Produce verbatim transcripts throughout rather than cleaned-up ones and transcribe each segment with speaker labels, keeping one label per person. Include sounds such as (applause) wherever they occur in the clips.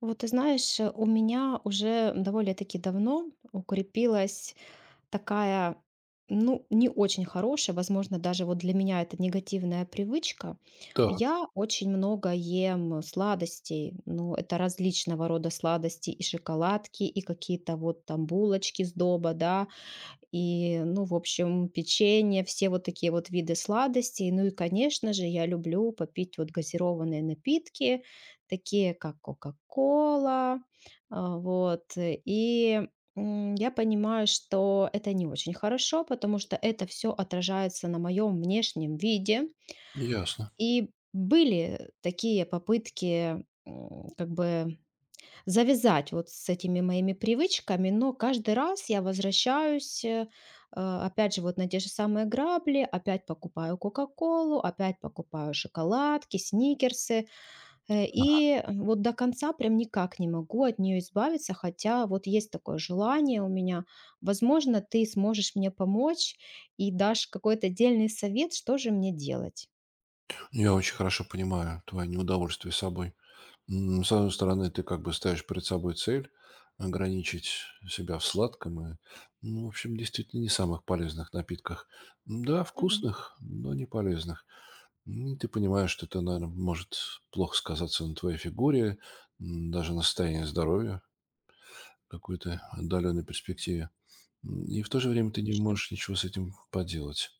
Speaker 1: Вот ты знаешь, э, у меня уже довольно-таки давно укрепилась такая, ну, не очень хорошая, возможно, даже вот для меня это негативная привычка.
Speaker 2: Так,
Speaker 1: Я очень много ем сладостей, ну, это различного рода сладости, и шоколадки, и какие-то вот там булочки с доба, да, и, ну, в общем, печенье, все вот такие вот виды сладостей. Ну и, конечно же, я люблю попить вот газированные напитки, такие как Кока-кола, а, вот. И м, я понимаю, что это не очень хорошо, потому что это все отражается на моем внешнем виде.
Speaker 2: ясно.
Speaker 1: И были такие попытки м, как бы завязать вот с этими моими привычками, но каждый раз я возвращаюсь, э, а, опять же, вот на те же самые грабли, опять покупаю Кока-Колу, опять покупаю шоколадки, сникерсы, э, и вот до конца прям никак не могу от нее избавиться, хотя вот есть такое желание у меня. Возможно, ты сможешь мне помочь и дашь какой-то отдельный совет, что же мне делать.
Speaker 2: Я очень хорошо понимаю твое неудовольствие собой. М, С одной стороны, ты как бы ставишь перед собой цель ограничить себя в сладком и, ну, в общем, действительно не самых полезных напитках. М, Да,
Speaker 1: Ну да,
Speaker 2: вкусных, но не полезных. М, Ты понимаешь, что это, наверное, может плохо сказаться на твоей фигуре, м, даже на состоянии здоровья в какой-то отдаленной перспективе. М, И в то же время ты не
Speaker 1: точно.
Speaker 2: можешь ничего с этим поделать.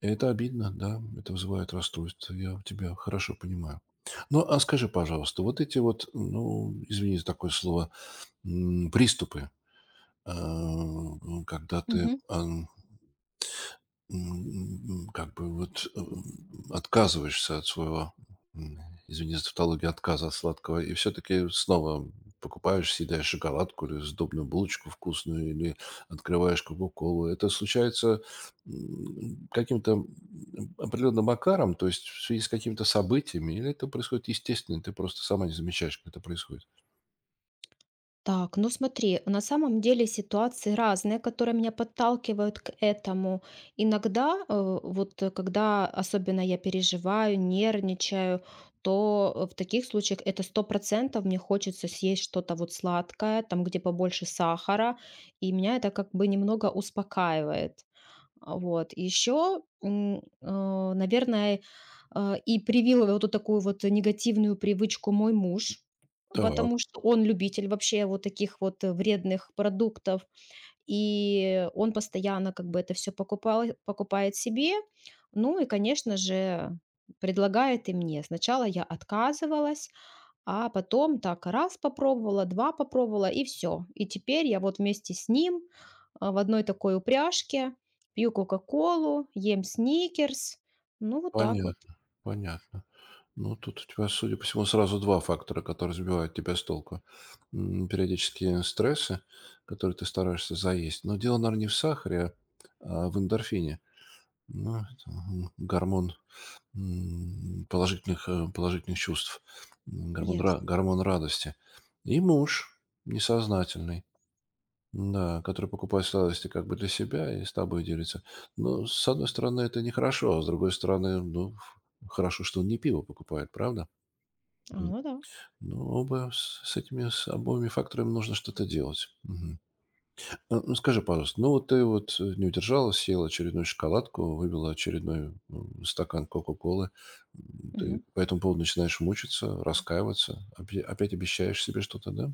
Speaker 2: Это обидно, да, это вызывает расстройство. Я тебя хорошо понимаю. Ну, а скажи, пожалуйста, вот эти вот, ну, извини за такое слово, м, приступы, а, когда ты
Speaker 1: Мгм.
Speaker 2: а, М, как бы вот, м, отказываешься от своего, м, извини за тавтологию, отказа от сладкого, и все-таки снова покупаешь, съедаешь шоколадку или сдобную булочку вкусную, или открываешь кока-колу. Это случается м, каким-то м, определенным макаром, то есть в связи с какими-то событиями, или это происходит естественно, ты просто сама не замечаешь, как это происходит?
Speaker 1: Так, ну смотри, на самом деле ситуации разные, которые меня подталкивают к этому. Иногда, э, вот э, когда особенно я переживаю, нервничаю, то э, в таких случаях это сто процентов мне хочется съесть что-то вот сладкое, там где побольше сахара, и меня это как бы немного успокаивает. А, вот. Еще, а, наверное, а, и привил вот эту такую вот негативную привычку мой муж, потому
Speaker 2: Так.
Speaker 1: что он любитель вообще вот таких вот, э, вредных продуктов, и он постоянно как бы это все покупал покупает себе. Ну и, конечно же, предлагает и мне. Сначала я отказывалась, а потом так раз попробовала, два попробовала и все. И теперь я вот вместе с ним, а, в одной такой упряжке пью «Кока-колу», ем «Сникерс». Ну, вот так вот.
Speaker 2: Понятно, понятно. Ну, тут у тебя, судя по всему, сразу два фактора, которые сбивают тебя с толку. М, периодические стрессы, которые ты стараешься заесть. Но дело, наверное, не в сахаре, а в эндорфине. Ну, это, м, гормон, м, положительных, э, положительных чувств, м, гормон ра
Speaker 1: Ясно.
Speaker 2: гормон радости. И муж несознательный. Да, который покупает сладости как бы для себя и с тобой делится. Но с одной стороны, это нехорошо, а с другой стороны, ну, хорошо, что он не пиво покупает, правда?
Speaker 1: А,
Speaker 2: М.
Speaker 1: ну да.
Speaker 2: Ну, оба с, с этими, с обоими факторами нужно что-то делать. Мгм. А, Ну, скажи, пожалуйста, ну, вот ты вот э, не удержалась, съела очередную шоколадку, выбила очередной м, стакан Кока-Колы. М, Ты
Speaker 1: Мгм.
Speaker 2: по этому поводу начинаешь мучиться, раскаиваться, опя- опять обещаешь себе что-то, да?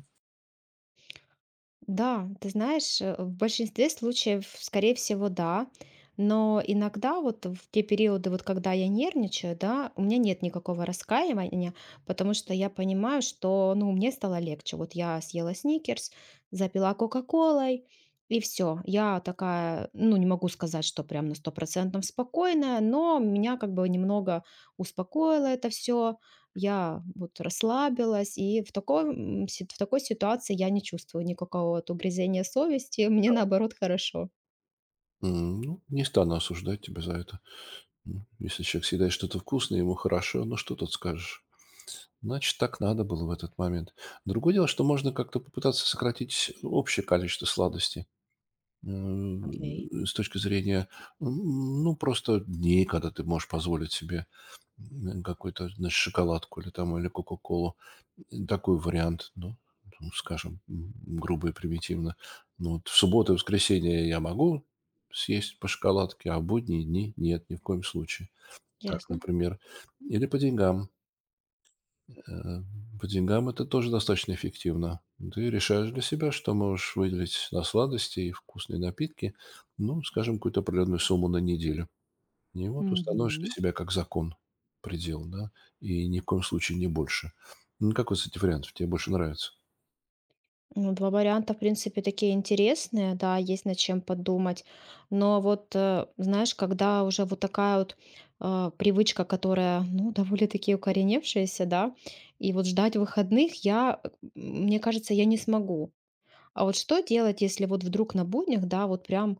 Speaker 1: Да, ты знаешь, э, в большинстве случаев, скорее всего, да. Но иногда вот в те периоды, вот когда я нервничаю, да, у меня нет никакого раскаивания, потому что я понимаю, что, ну, мне стало легче. Вот я съела сникерс, запила кока-колой, и все. Я такая, ну, не могу сказать, что прям на сто процентов спокойная, но меня как бы немного успокоило это все. Я вот расслабилась, и в такой, м, си- в такой ситуации я не чувствую никакого вот угрызения совести, (laughs) мне наоборот хорошо.
Speaker 2: М, Ну, не стану осуждать тебя за это. Ну, если человек съедает что-то вкусное, ему хорошо, ну что тут скажешь? Значит, так надо было в этот момент. Другое дело, что можно как-то попытаться сократить общее количество сладостей
Speaker 1: Окей,
Speaker 2: м, с точки зрения, м, ну, просто дней, когда ты можешь позволить себе м, какую-то, значит, шоколадку или там, или кока-колу. Такой вариант, ну, ну, скажем, м, грубо и примитивно. Ну, вот в субботу и воскресенье я могу съесть по шоколадке, а в будние дни нет, ни в коем случае. Так,
Speaker 1: ясно.
Speaker 2: например. Или по деньгам. Э, по деньгам это тоже достаточно эффективно. Ты решаешь для себя, что можешь выделить на сладости и вкусные напитки, ну, скажем, какую-то определенную сумму на неделю. И вот установишь для
Speaker 1: Мгм.
Speaker 2: себя как закон предел, да, и ни в коем случае не больше. Ну, какой из этих вариантов тебе больше нравится?
Speaker 1: Ну, два варианта, в принципе, такие интересные, да, есть над чем подумать. Но вот, э, знаешь, когда уже вот такая вот э, привычка, которая, ну, довольно-таки укореневшаяся, да, и вот ждать выходных я, э, м, мне кажется, я не смогу. А вот что делать, если вот вдруг на буднях, да, вот прям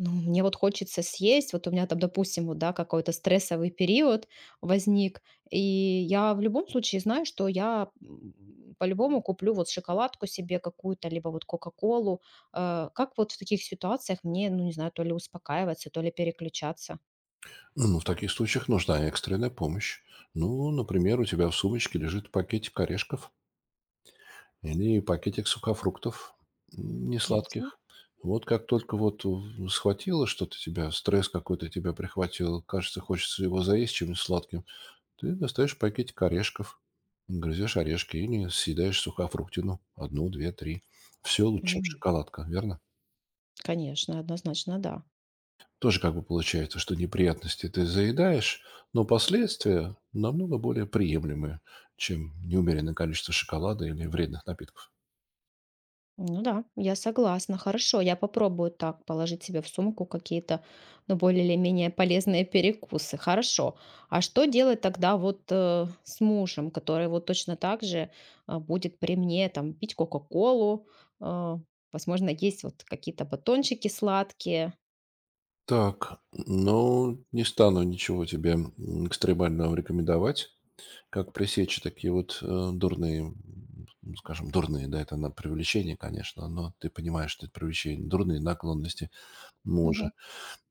Speaker 1: ну, мне вот хочется съесть. Вот у меня там, допустим, вот, да, какой-то стрессовый период возник, и я в любом случае знаю, что я м, по-любому куплю вот шоколадку себе какую-то, либо вот кока-колу. Э, Как вот в таких ситуациях мне, ну, не знаю, то ли успокаиваться, то ли переключаться?
Speaker 2: Ну, в таких случаях нужна экстренная помощь. Ну, например, у тебя в сумочке лежит пакетик орешков, или пакетик сухофруктов
Speaker 1: Ясно.
Speaker 2: несладких. Вот как только вот в схватило что-то тебя, стресс какой-то тебя прихватил, кажется, хочется его заесть чем-нибудь сладким, ты достаешь пакетик орешков, грызешь орешки или съедаешь сухофруктину. Одну, две, три. Все лучше, чем
Speaker 1: Мгм.
Speaker 2: шоколадка, верно?
Speaker 1: Конечно, однозначно, да.
Speaker 2: Тоже как бы получается, что неприятности ты заедаешь, но последствия намного более приемлемые, чем неумеренное количество шоколада или вредных напитков.
Speaker 1: Ну да, я согласна. Хорошо, я попробую так положить себе в сумку какие-то, ну, более или менее полезные перекусы. Хорошо. А что делать тогда вот э, с мужем, который вот точно так же а, будет при мне там пить Кока-Колу, а, возможно, есть вот какие-то батончики сладкие?
Speaker 2: Так, ну, не стану ничего тебе м, экстремального рекомендовать, как пресечь такие вот э, дурные, м, ну, скажем, дурные, да, это на привлечение, конечно, но ты понимаешь, что это привлечение, дурные наклонности
Speaker 1: Мгм.
Speaker 2: мужа.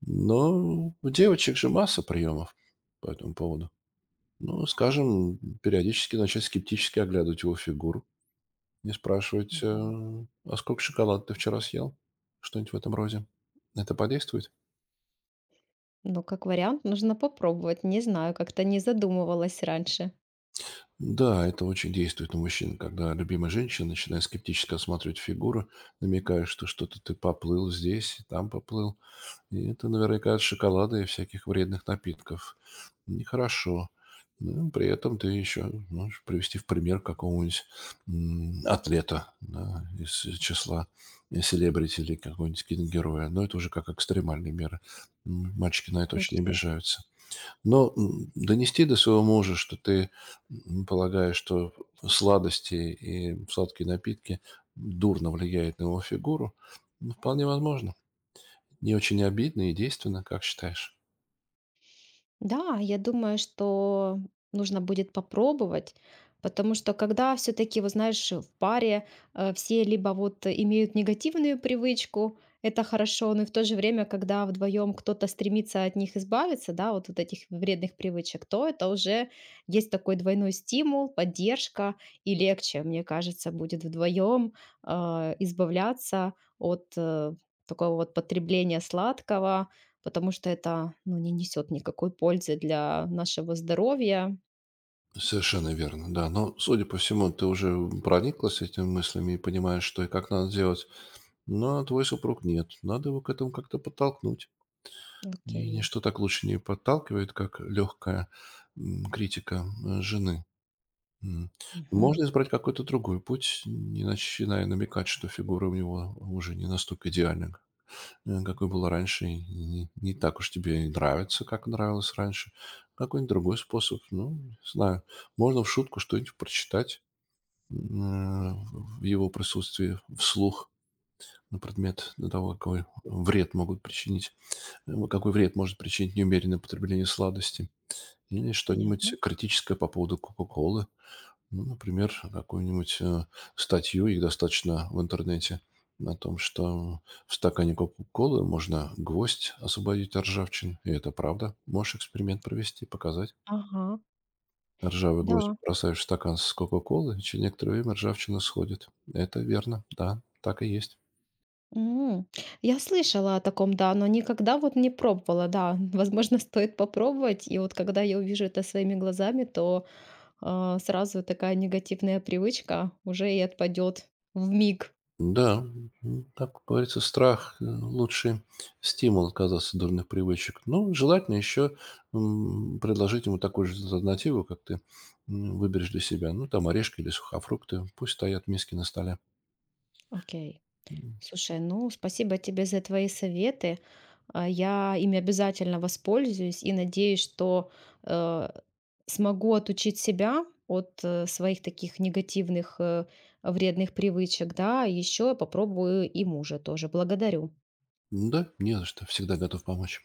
Speaker 2: Но у девочек же масса приемов по этому поводу. Ну, скажем, периодически начать скептически оглядывать его фигуру и спрашивать, э,
Speaker 1: Мгм.
Speaker 2: а сколько шоколада ты вчера съел? Что-нибудь в этом роде. Это подействует?
Speaker 1: Ну, как вариант, нужно попробовать. Не знаю, как-то не задумывалась раньше.
Speaker 2: Да, это очень действует на мужчин, когда любимая женщина начинает скептически осматривать фигуру, намекая, что что-то ты поплыл здесь, там поплыл. И это наверняка от шоколада и всяких вредных напитков. Нехорошо. Ну, при этом ты еще можешь привести в пример какого-нибудь м, атлета, да, из числа селебрити или какого-нибудь киногероя. Но это уже как экстремальные меры. М, Мальчики на это очень
Speaker 1: Точно.
Speaker 2: обижаются. Но м, донести до своего мужа, что ты м, полагаешь, что сладости и сладкие напитки дурно влияют на его фигуру, ну, вполне возможно. Не очень обидно и действенно, как считаешь?
Speaker 1: Да, я думаю, что нужно будет попробовать, потому что когда все-таки, вот знаешь, в паре э, все либо вот имеют негативную привычку, это хорошо, но и в то же время, когда вдвоем кто-то стремится от них избавиться, да, вот от этих вредных привычек, то это уже есть такой двойной стимул, поддержка и легче, мне кажется, будет вдвоем э, избавляться от э, такого вот потребления сладкого, потому что это, ну, не несет никакой пользы для нашего здоровья.
Speaker 2: Совершенно верно, да. Но, судя по всему, ты уже прониклась этими мыслями и понимаешь, что и как надо делать. Но твой супруг нет. Надо его к этому как-то подтолкнуть. И
Speaker 1: Окей.
Speaker 2: ничто так лучше не подталкивает, как легкая критика э, жены. М.
Speaker 1: Мгм.
Speaker 2: Можно избрать какой-то другой путь, не начиная намекать, что фигура у него уже не настолько идеальна, э, какой была раньше, и не, не так уж тебе и нравится, как нравилось раньше. Какой-нибудь другой способ, ну, не знаю. Можно в шутку что-нибудь прочитать м, э, в его присутствии вслух на предмет того, какой вред могут причинить, э, какой вред может причинить неумеренное потребление сладости. Или что-нибудь
Speaker 1: Понятно.
Speaker 2: критическое по поводу Кока-Колы, ну, например, какую-нибудь, э, статью, их достаточно в интернете, о том, что в стакане "Кока-колы" можно гвоздь освободить от ржавчины. И это правда. Можешь эксперимент провести, показать.
Speaker 1: Ага,
Speaker 2: Ржавый гвоздь
Speaker 1: да.
Speaker 2: бросаешь в стакан с кока колы и через некоторое время ржавчина сходит. Это верно, да, так и есть.
Speaker 1: М. Я слышала о таком, да, но никогда вот не пробовала, да. (laughs) Возможно, стоит попробовать. И вот когда я увижу это своими глазами, то а, сразу такая негативная привычка уже и отпадет в миг.
Speaker 2: Да, м, так как говорится, страх э, лучший стимул отказаться от дурных привычек. Ну, желательно еще м, предложить ему такую же альтернативу, как ты м, выберешь для себя. Ну, там орешки или сухофрукты. Пусть стоят миски на столе.
Speaker 1: Окей.
Speaker 2: М,
Speaker 1: Слушай, ну, спасибо тебе за твои советы. А, Я ими обязательно воспользуюсь и надеюсь, что э, смогу отучить себя от э, своих таких негативных, э, вредных привычек, да, еще попробую и мужа тоже. Благодарю.
Speaker 2: Да, не за что. Всегда готов помочь.